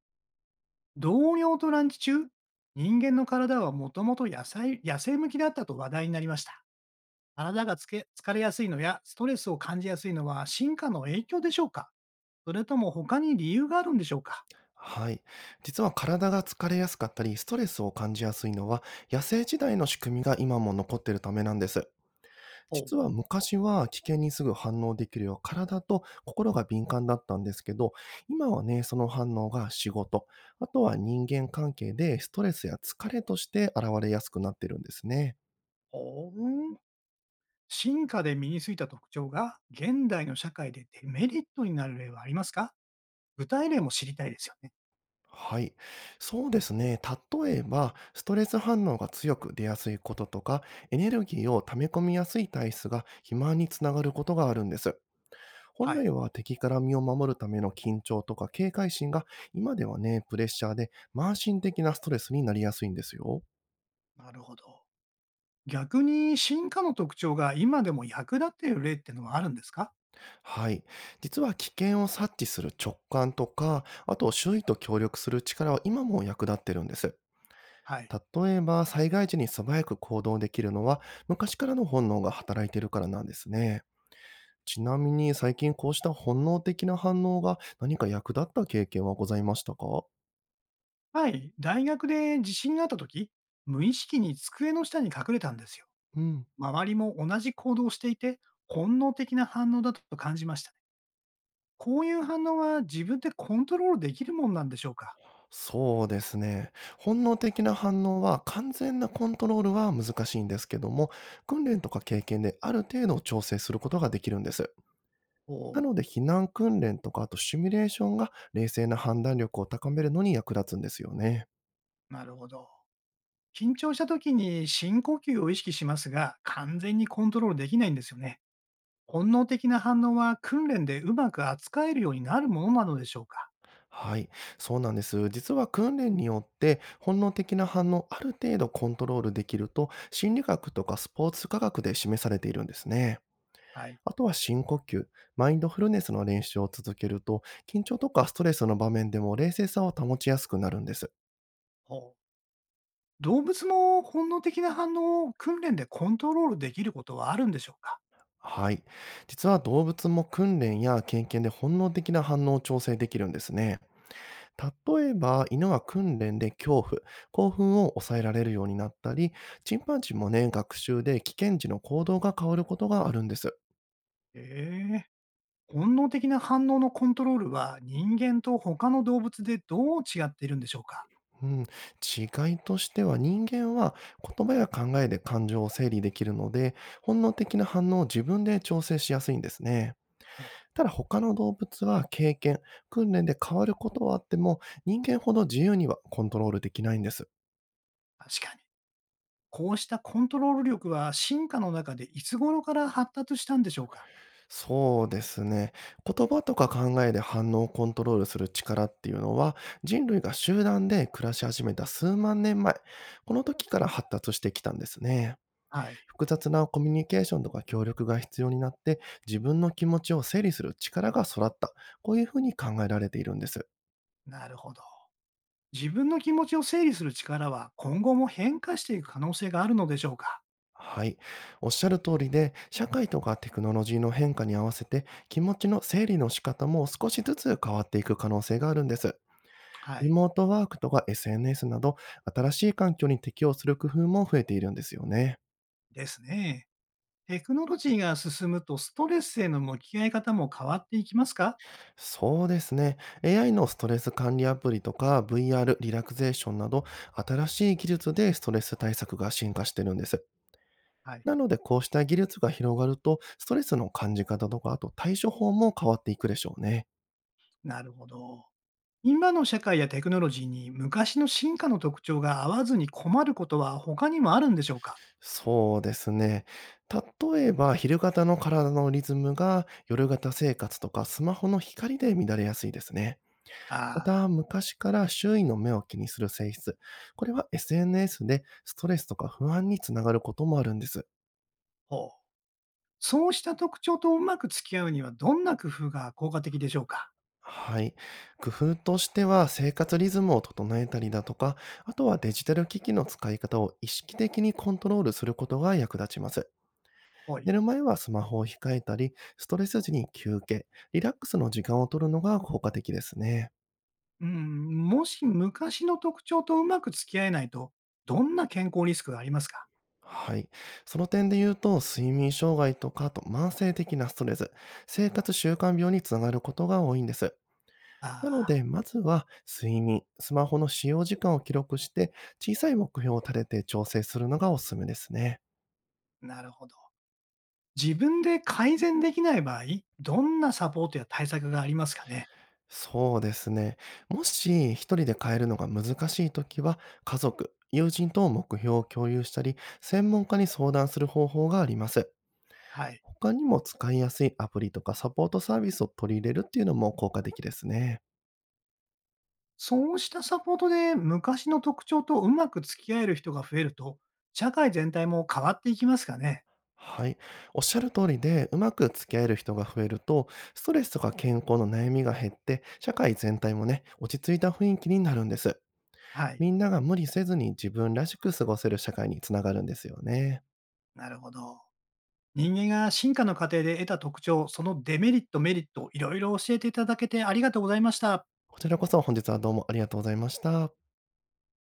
同僚とランチ中、人間の体はもともと野菜野生向きだったと話題になりました。体がつけ疲れやすいのやストレスを感じやすいのは進化の影響でしょうか？それとも他に理由があるんでしょうか？はい。実は体が疲れやすかったり、ストレスを感じやすいのは、野生時代の仕組みが今も残っているためなんです。ほう。実は昔は危険にすぐ反応できるよう、体と心が敏感だったんですけど、今はね、その反応が仕事、あとは人間関係でストレスや疲れとして現れやすくなってるんですね。ほう。進化で身についた特徴が現代の社会でデメリットになる例はありますか？具体例も知りたいですよね。はい。そうですね。例えば、ストレス反応が強く出やすいこととか、エネルギーを溜め込みやすい体質が肥満につながることがあるんです。本は来い。は敵から身を守るための緊張とか警戒心が、今ではね、プレッシャーで慢心的なストレスになりやすいんですよ。なるほど。逆に進化の特徴が今でも役立っている例ってのはあるんですか？はい。実は危険を察知する直感とか、あと周囲と協力する力は今も役立ってるんです。はい。例えば、災害時に素早く行動できるのは、昔からの本能が働いているからなんですね。ちなみに、最近こうした本能的な反応が何か役立った経験はございましたか？はい、大学で地震があった時、無意識に机の下に隠れたんですよ。うん。周りも同じ行動をしていて、本能的な反応だと感じましたね。こういう反応は自分でコントロールできるもんなんでしょうか？そうですね。本能的な反応は完全なコントロールは難しいんですけども、訓練とか経験である程度調整することができるんです。お、なおので、避難訓練とか、あとシミュレーションが冷静な判断力を高めるのに役立つんですよね。ー、なるほど。緊張した時に深呼吸を意識しますが、完全にコントロールできないんですよね。本能的な反応は訓練でうまく扱えるようになるものなのでしょうか？はい、そうなんです。実は訓練によって本能的な反応をある程度コントロールできると心理学とかスポーツ科学で示されているんですね。はい。あとは深呼吸、マインドフルネスの練習を続けると緊張とかストレスの場面でも冷静さを保ちやすくなるんです。ほう。動物も本能的な反応を訓練でコントロールできることはあるんでしょうか？はい。実は動物も訓練や経験で本能的な反応を調整できるんですね。例えば、犬は訓練で恐怖、興奮を抑えられるようになったり、チンパンジーもね、学習で危険時の行動が変わることがあるんです。ええ。本能的な反応のコントロールは人間と他の動物でどう違っているんでしょうか、うん、違いとしては人間は言葉や考えで感情を整理できるので、本能的な反応を自分で調整しやすいんですね。はい、ただ他の動物は経験、訓練で変わることはあっても、人間ほど自由にはコントロールできないんです。確かに。こうしたコントロール力は進化の中でいつ頃から発達したんでしょうか？そうですね。言葉とか考えで反応をコントロールする力っていうのは、人類が集団で暮らし始めた数万年前、この時から発達してきたんですね。はい。複雑なコミュニケーションとか協力が必要になって、自分の気持ちを整理する力が育った。こういうふうに考えられているんです。なるほど。自分の気持ちを整理する力は今後も変化していく可能性があるのでしょうか？はい。おっしゃる通りで、社会とかテクノロジーの変化に合わせて、気持ちの整理の仕方も少しずつ変わっていく可能性があるんです。はリい。モートワークとか SNS など、新しい環境に適応する工夫も増えているんですよね。ですね。テクノロジーが進むとストレスへの向き合い方も変わっていきますか？そうですね。AI のストレス管理アプリとか VR リラクゼーションなど、新しい技術でストレス対策が進化してるんです。はい、なので、こうした技術が広がると、ストレスの感じ方とか、あと対処法も変わっていくでしょうね。なるほど。今の社会やテクノロジーに昔の進化の特徴が合わずに困ることは他にもあるんでしょうか？そうですね。例えば、昼型の体のリズムが夜型生活とかスマホの光で乱れやすいですね。まあた、あ、昔から周囲の目を気にする性質。これは SNS でストレスとか不安につながることもあるんです。ほう。そうした特徴とうまく付き合うにはどんな工夫が効果的でしょうか？はい。工夫としては、生活リズムを整えたりだとか、あとはデジタル機器の使い方を意識的にコントロールすることが役立ちます。は寝い。る前はスマホを控えたり、ストレス時に休憩、リラックスの時間を取るのが効果的ですね。うん、もし昔の特徴とうまく付き合えないと、どんな健康リスクがありますか？はい。その点で言うと、睡眠障害とか、あと慢性的なストレス、生活習慣病につながることが多いんです。なのあで、まずは睡眠、スマホの使用時間を記録して、小さい目標を立てて調整するのがおすすめですね。あ、なるほど。自分で改善できない場合、どんなサポートや対策がありますかね？そうですね。もし一人で変えるのが難しいときは、家族、友人と目標を共有したり、専門家に相談する方法があります。はい。他にも使いやすいアプリとかサポートサービスを取り入れるっていうのも効果的ですね。そうしたサポートで昔の特徴とうまく付き合える人が増えると、社会全体も変わっていきますかね。はい。おっしゃる通りで、うまく付き合える人が増えると、ストレスとか健康の悩みが減って、社会全体もね、落ち着いた雰囲気になるんです。はい。みんなが無理せずに自分らしく過ごせる社会につながるんですよね。なるほど。人間が進化の過程で得た特徴、そのデメリット、メリット、いろいろ教えていただけてありがとうございました。こちらこそ本日はどうもありがとうございました。